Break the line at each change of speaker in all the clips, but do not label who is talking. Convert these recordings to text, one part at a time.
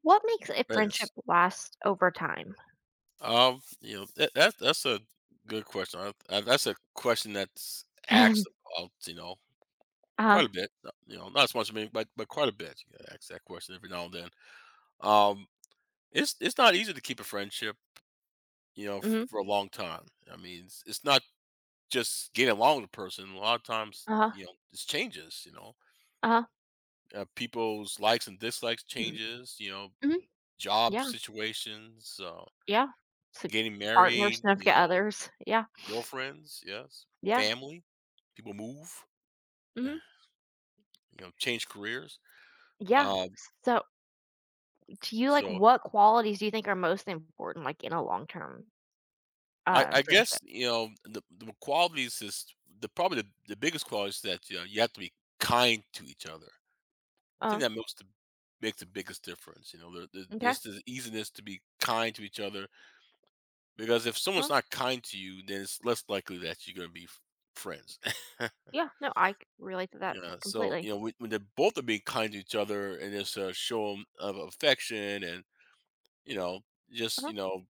What makes a friendship
Nice.
last over time?
You know, that's a good question. That's a question that's asked about, you know,
Uh-huh,
quite a bit. Not- You know, not as much, I mean, but quite a bit. You gotta ask that question every now and then. Um, it's not easy to keep a friendship, you know,
mhm,
for a long time. I mean, it's not just getting along with a person. A lot of times,
uh-huh,
you know, it's changes. You know,
uh-huh,
people's likes and dislikes
mm,
changes. You know,
mhm,
job
yeah,
situations.
yeah. So,
Getting
partner,
married, you
significant
know,
others, yeah,
girlfriends, yes,
yeah,
family. People move, you
mhm,
know, change careers.
yeah.
Um,
So, do you like
so
what qualities do you think are most important, like, in a long-term,
I
friendship?
guess you know the qualities is the probably the biggest quality is that you know you have to be kind to each other. I think
uh
that makes the biggest difference. You know,
okay,
there's this easiness to be kind to each other because if
uh
someone's not kind to you, then it's less likely that you're going to be friends.
yeah, no, I c relate to that
Yeah, so
completely.
you know when they both are being kind to each other and there's a show 'em of affection and You know, just,
Uh-huh,
you know,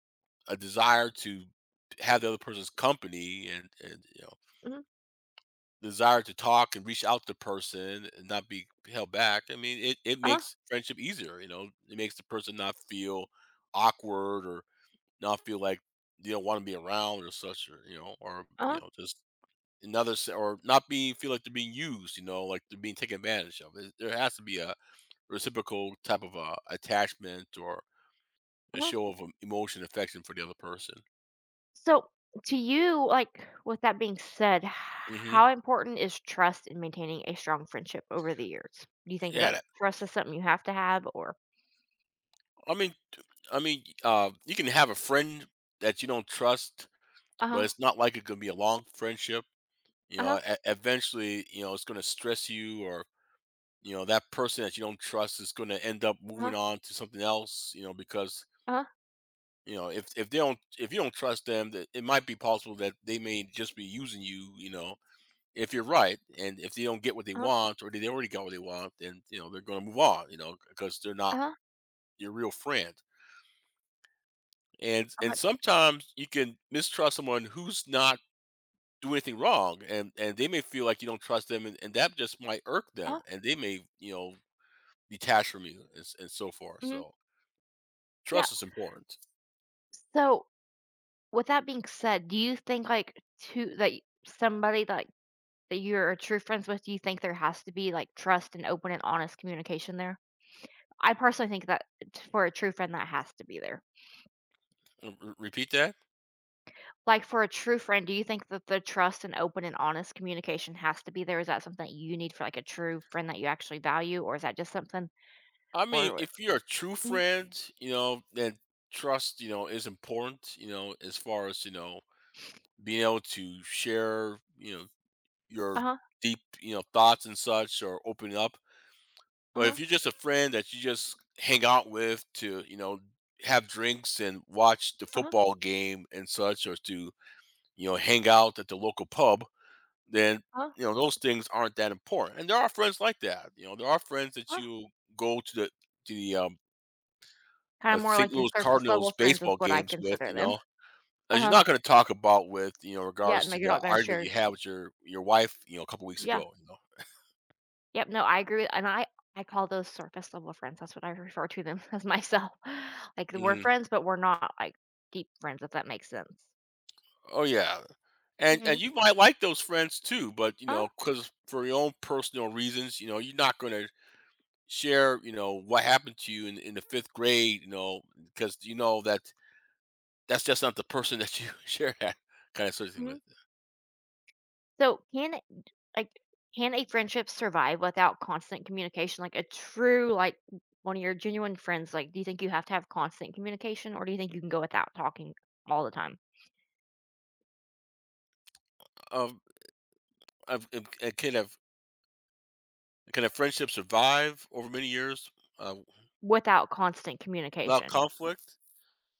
a desire to have the other person's company and you know,
mhm,
desire to talk and reach out to the person and not be held back. I mean, it
uh-huh,
makes friendship easier, you know? It makes the person not feel awkward or not feel like they don't wanna be around or such or, you
uh-huh,
know, just another s or not be feel like they're being used, you know, like they're being taken advantage of. There has to be a reciprocal type of, attachment or a
uh-huh.
show of, emotion, affection for the other person.
So, to you, like, with that being said,
Mhm.
how important is trust in maintaining a strong friendship over the years? Do you think
Yeah,
that
that
trust is something you have to have or
I mean I mean, you can have a friend that you don't trust, but
Uh-huh.
it's not like it could be a long friendship. You know,
Uh-huh.
e eventually, you know, it's gonna stress you or, you know, that person that you don't trust is gonna end up moving
Uh-huh.
on to something else, you know, because,
Uh-huh.
you know, if they don't if you don't trust them, that it might be possible that they may just be using you, you know, if you're right, and if they don't get what they
Uh-huh.
want or they already got what they want, then, you know, they're gonna move on, you know, because 'cause they're not
Uh-huh.
your real friend. And
Okay.
sometimes you can mistrust someone who's not doing anything wrong and they may feel like you don't trust them and that just might irk
Uh-huh.
them and they may you know detach from you and, and so forth,
Mhm.
so
Yeah.
trust is important.
So, with that being said, do you think to that y- somebody like that you're true friends with, do you think there has to be like trust and open and honest communication there? I personally think that for a true friend that has to be there.
Repeat that.
Like, for a true friend, do you think that the trust and open and honest communication has to be there? Is that something that you need for, like, a true friend that you actually value, or is that just something
I mean,
or
if you're a true
mm,
friend, you know, then trust, you know, is important, you know, as far as, you know, being able to share, you know, your
uh-huh,
deep, you know, thoughts and such or open up. But
uh-huh,
if you're just a friend that you just hang out with to, you know, have drinks and watch the
uh-huh,
football game and such, or to, you know, hang out at the local pub, then,
uh-huh,
you know, those things aren't that important. And there are friends like that. You know, there are friends that
uh-huh,
you go to the
kinda more
St.
like your
Louis
surface level
Cardinals
friends is
baseball
what I
games with,
consider
you
them.
know, that you're
Uh-huh.
not going to talk about with, you know,
Yeah,
regards
no,
to
you're
the
not gonna
argument
share.
you had with your wife, you know, a couple weeks
Yeah.
ago, you
Yep, no, I agree, with. And I call those surface level friends, that's what I refer to them as myself. Like,
know.
we're
Hmm.
friends, but we're not, like, deep friends, if that makes sense.
Oh yeah, and
Mhm.
you might like those friends too, but you
Uh-huh.
know, because for your own personal reasons, you know, you're not going to share, you know, what happened to you in the fifth grade, you know, because you know that that's just not the person that you share that kind of sort of thing
Mhm.
with.
So like can a friendship survive without constant communication? Like a true, one of your genuine friends, like do you think you have to have constant communication or do you think you can go without talking all the time?
Um, I've, can of Can a friendship survive over many years uh,
Without constant
without
communication.
conflict?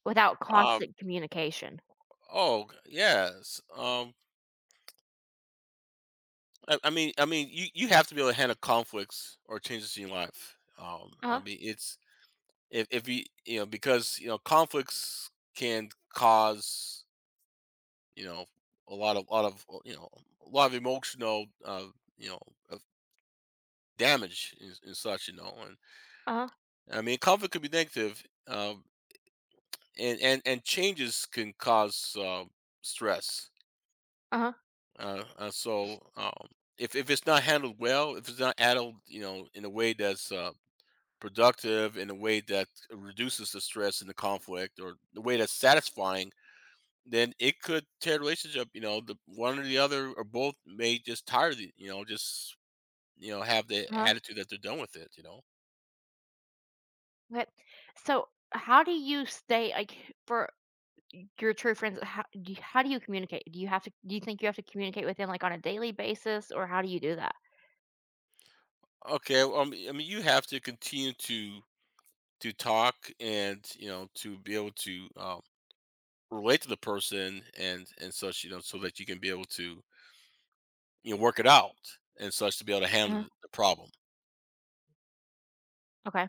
Without
Um,
constant communication.
oh yes. I mean, you you have to be able to handle conflicts or changes in your life. I
Uh-huh.
mean, it's if you you know because you know conflicts can cause you know a lot of you know a lot of emotional you know of damage and such you know and
Uh-huh.
I mean conflict could be negative, and changes can cause stress,
Uh-huh.
uh, uh so um if it's not handled well, if it's not handled, you know, in a way that's productive, in a way that reduces the stress and the conflict, or the way that's satisfying, then it could tear the relationship. You know, the one or the other or both may just tire of the, you know, just you know, have the
Uh-huh.
attitude that they're done with it. You know.
Okay. So how do you stay for your true friends how do you communicate do you have to do you think you have to communicate with them like on a daily basis or how do you do that
Okay. Well, I mean, you have to continue to talk and you know to be able to, relate to the person and such. You know, so that you can be able to you know work it out and such to be able to handle
uh
the problem.
okay.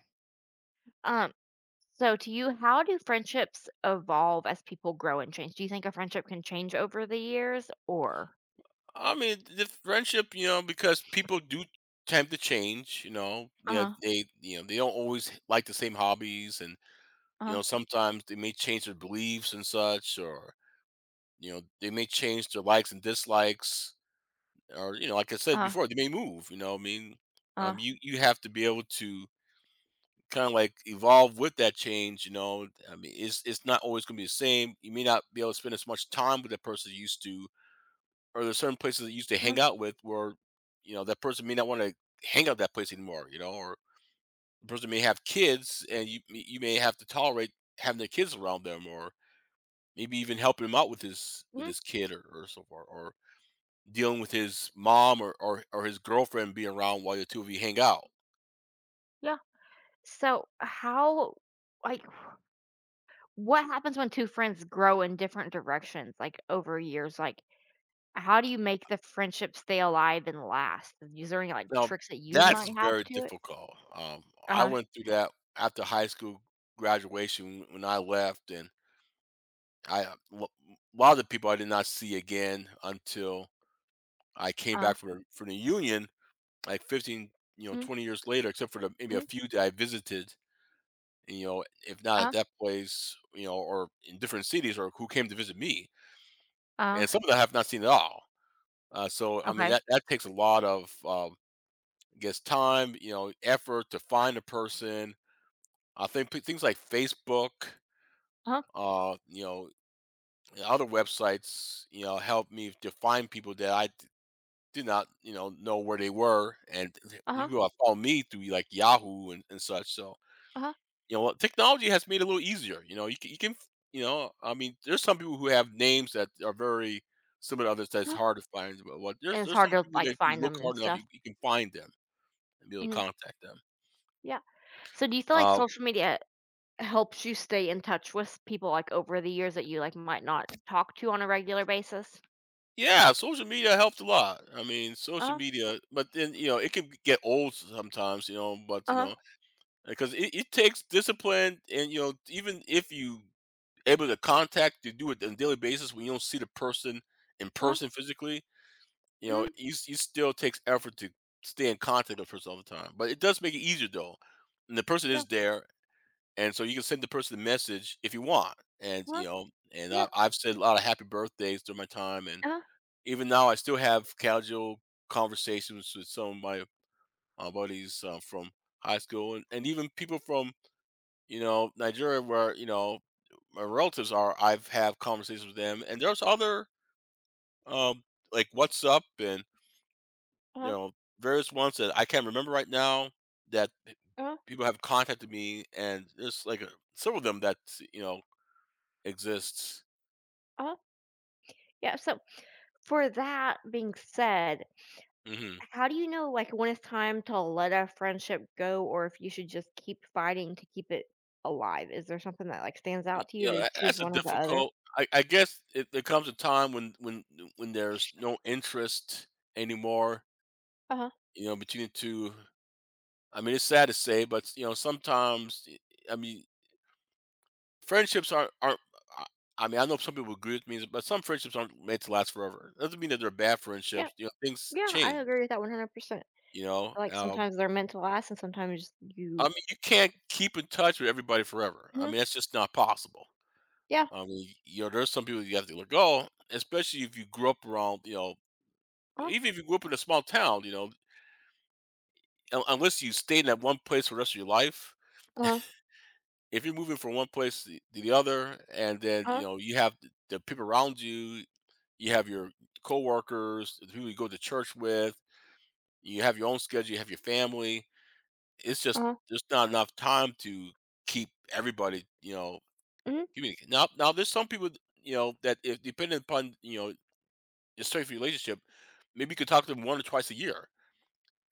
So, to you, how do friendships evolve as people grow and change? Do you think a friendship can change over the years or?
I mean, the friendship. You know, because people do tend to change. You know,
Uh
yeah,
huh.
they you know they don't always like the same hobbies and you
Uh
know, sometimes they may change their beliefs and such, or, you know, they may change their likes and dislikes, or, you know, like I said
huh.
before, they may move, you know what I mean?
Uh
You have to be able to kind of like evolve with that change, you know. I mean, it's not always going to be the same. You may not be able to spend as much time with that person you used to, or there's certain places that you used to
huh.
hang out with where, you know, that person may not want to hang out at that place anymore, you know, or the person may have kids and you may have to tolerate having their kids around them or maybe even helping him out with
Hmm.
his kid or so far, or dealing with his mom or, or his girlfriend being around while the two of you hang out.
Yeah. So, how, like, what happens when two friends grow in different directions, like over years? Like, how do you make the friendship stay alive and last? Is there any like
Now
tricks that you
that's
might have
very
to it?
difficult.
Uh
I
huh.
went through that after high school graduation when I left, and I a lot of the people I did not see again until I came
Uh.
back from from the union, like 15, you know,
Mm
20 years later, except for the, maybe a
mm.
few that I visited. You know, if not at
Uh
that place, you know, or in different cities, or who came to visit me.
uh.
And some of them I have not seen at all. So I mean
Okay.
that takes a lot of, I guess time, you know, effort to find a person. I think things like Facebook,
Uh huh.
you know, and other websites, you know, help me to find people that I did not, you know where they were, and
Uh huh.
people that follow me through like Yahoo and such. So
Uh huh.
you know what? Technology has made it a little easier. You know, you can, you know, I mean, there's some people who have names that are very similar to others that's hard to find. But what
It's
there's
hard
some
to
people
like
that if you
find
look
them and
hard enough,
stuff.
you can find them and be able to
Hmm.
contact them.
Yeah. So do you feel like
Uh,
social media helps you stay in touch with people like over the years that you like might not talk to on a regular basis?
yeah, social media helped a lot. I mean, social
Uh-huh.
media, but then you know it can get old sometimes. You know, but you
Uh-huh.
know because it takes discipline and you know even if you able to contact you do it on a daily basis when you don't see the person in
Uh-huh.
person physically. You know,
Mm,
you still takes effort to stay in contact with the person all the time, but it does make it easier though. And the person
yeah.
is there, and so you can send the person a message if you want. And You
Uh-huh.
know, and
Yeah.
I've said a lot of happy birthdays during my time, and
Uh-huh.
even now I still have casual conversations with some of my, buddies, from high school, and, even people from you know Nigeria, where you know my relatives are. I've had conversations with them, and there's other, um, like WhatsApp and you
Uh-huh.
know, various ones that I can't remember right now that
Uh-huh.
people have contacted me, and there's like a, several of them that you know exists.
Uh-huh. Yeah. For that being said,
Hmm.
how do you know like when it's time to let a friendship go or if you should just keep fighting to keep it alive? Is there something that like stands out to you
You know,
to choose
that's a
one or the other?
difficult. I guess it, there comes a time when when there's no interest anymore.
Uh-huh.
You know, between the two. I mean, it's sad to say, but you know, sometimes I mean, friendships aren't. I I mean, I know some people agree with me, but some friendships aren't made to last forever. Doesn't mean that they're bad
Yeah.
friendships. Things
Yeah, I
change.
agree with that 100%.
You know,
Like
um,
sometimes they're meant to last and sometimes
I
you.
mean, you can't keep in touch with everybody forever. I mean, that's just not possible.
Yeah,
I mean, there's some people you have to let go, especially if you grew up around,
uh-huh,
even if you grew up in a small town, unless you stayed in that one place for the rest of your life.
uh-huh,
If you're moving from one place to the other, and then
uh-huh,
you have the, people around you, you have your coworkers, the people you go to church with, you have your own schedule, you have your family. It's just
uh-huh,
there's not enough time to keep everybody,
mhm,
communicate. Now there's some people, that if depending upon your strength of your relationship, maybe you could talk to them one or twice a year,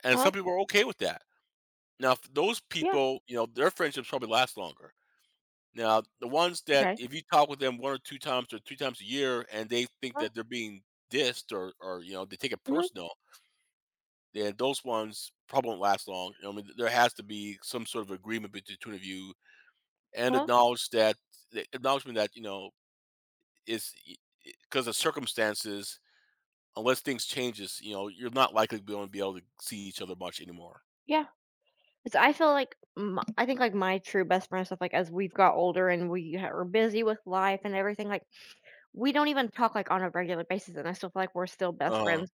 and
uh-huh,
some people are okay with that. Now, if those
yeah,
people, their friendships probably last longer. Now, the ones that
okay,
if you talk with them one or two times or three times a year, and they think
uh-huh,
that they're being dissed or they take it
mhm,
personal, then those ones probably won't last long. I mean, there has to be some sort of agreement between the two of you and
uh-huh,
acknowledge that the acknowledgement that it's because of circumstances. Unless things changes, you're not likely to be able to see each other much anymore.
yeah, 'cause I feel like m I think, like, my true best friend stuff, like, as we've got older and we ha are busy with life and everything, like, we don't even talk, like, on a regular basis, and I still feel like we're still best
uh
friends,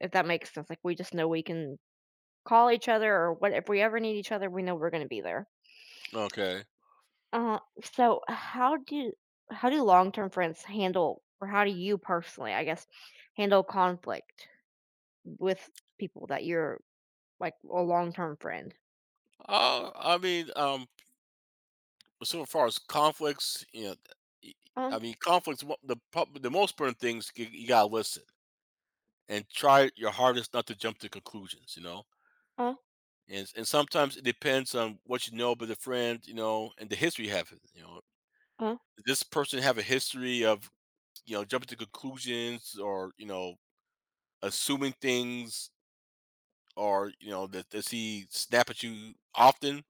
if that makes sense, like, we just know we can call each other or what if we ever need each other, we know we're gonna be there.
Okay.
Uh, so how do long-term friends handle or how do you personally, I guess, handle conflict with people that you're like a long-term friend.
I mean, so far as conflicts, y-
Uh,
I mean, conflicts. The most important things, you gotta listen and try your hardest not to jump to conclusions.
uh,
And sometimes it depends on what you know about the friend, and the history you have.
uh,
Does this person have a history of jumping to conclusions, or assuming things are, that does he snap at you often?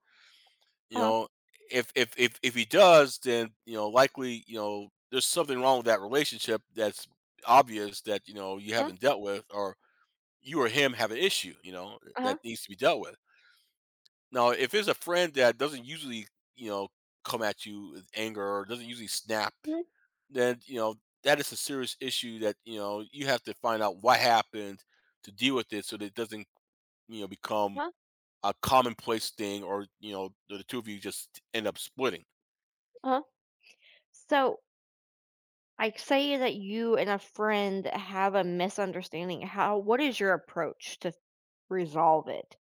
you
uh,
know if if if if he does, then likely there's something wrong with that relationship that's obvious, that you
uh,
haven't dealt with, or you or him have an issue,
uh,
that needs to be dealt with. Now if it's a friend that doesn't usually you know come at you with anger or doesn't usually snap,
mhm,
then that is a serious issue, that you have to find out what happened to deal with it so that it doesn't become
uh,
a commonplace thing, or the two of you just end up splitting.
uh. So, like, say that you and a friend have a misunderstanding. How? What is your approach to resolve it,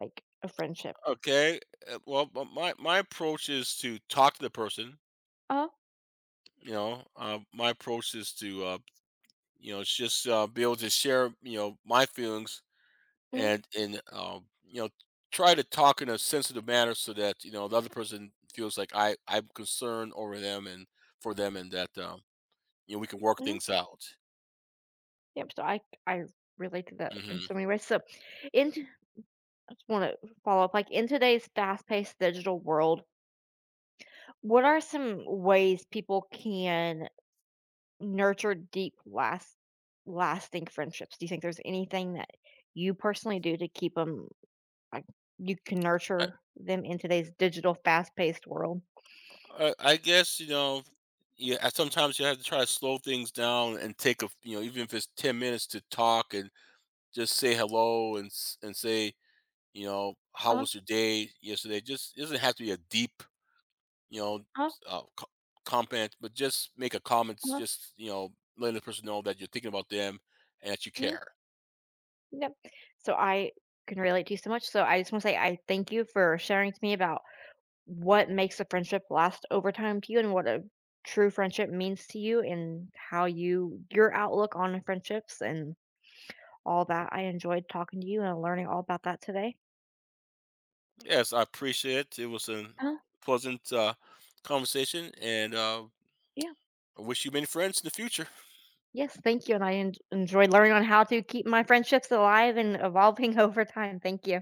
like a friendship?
Okay. Well, but my approach is to talk to the person.
Uh,
My approach is to it's just be able to share my feelings,
mm,
and try to talk in a sensitive manner so that the other person feels like I'm concerned over them and for them, and that we can work
mm,
things out.
yep. So I relate to that in
hmm
so many ways. So, in t- I just want to follow up. Like in today's fast-paced digital world, what are some ways people can nurture deep, lasting friendships? Do you think there's anything that you personally do to keep 'em like, you can nurture them in today's digital, fast-paced world?
I guess, yeah, sometimes you have to try to slow things down and take a, even if it's 10 minutes to talk and just say hello and and say, how
Uh-huh,
was your day yesterday? Just it doesn't have to be a deep, you know,
uh-huh,
s- uh, co- comment, but just make a comment,
uh
just, letting the person know that you're thinking about them and that you care.
yep. So, I can relate to you so much, so I just wanna say I thank you for sharing to me about what makes a friendship last over time to you and what a true friendship means to you and how you your outlook on friendships and all that. I enjoyed talking to you and learning all about that today.
Yes, I appreciate it. It was a
uh
pleasant conversation, and
Yeah.
I wish you many friends in the future.
Yes, thank you, and I en enjoyed learning on how to keep my friendships alive and evolving over time. Thank you.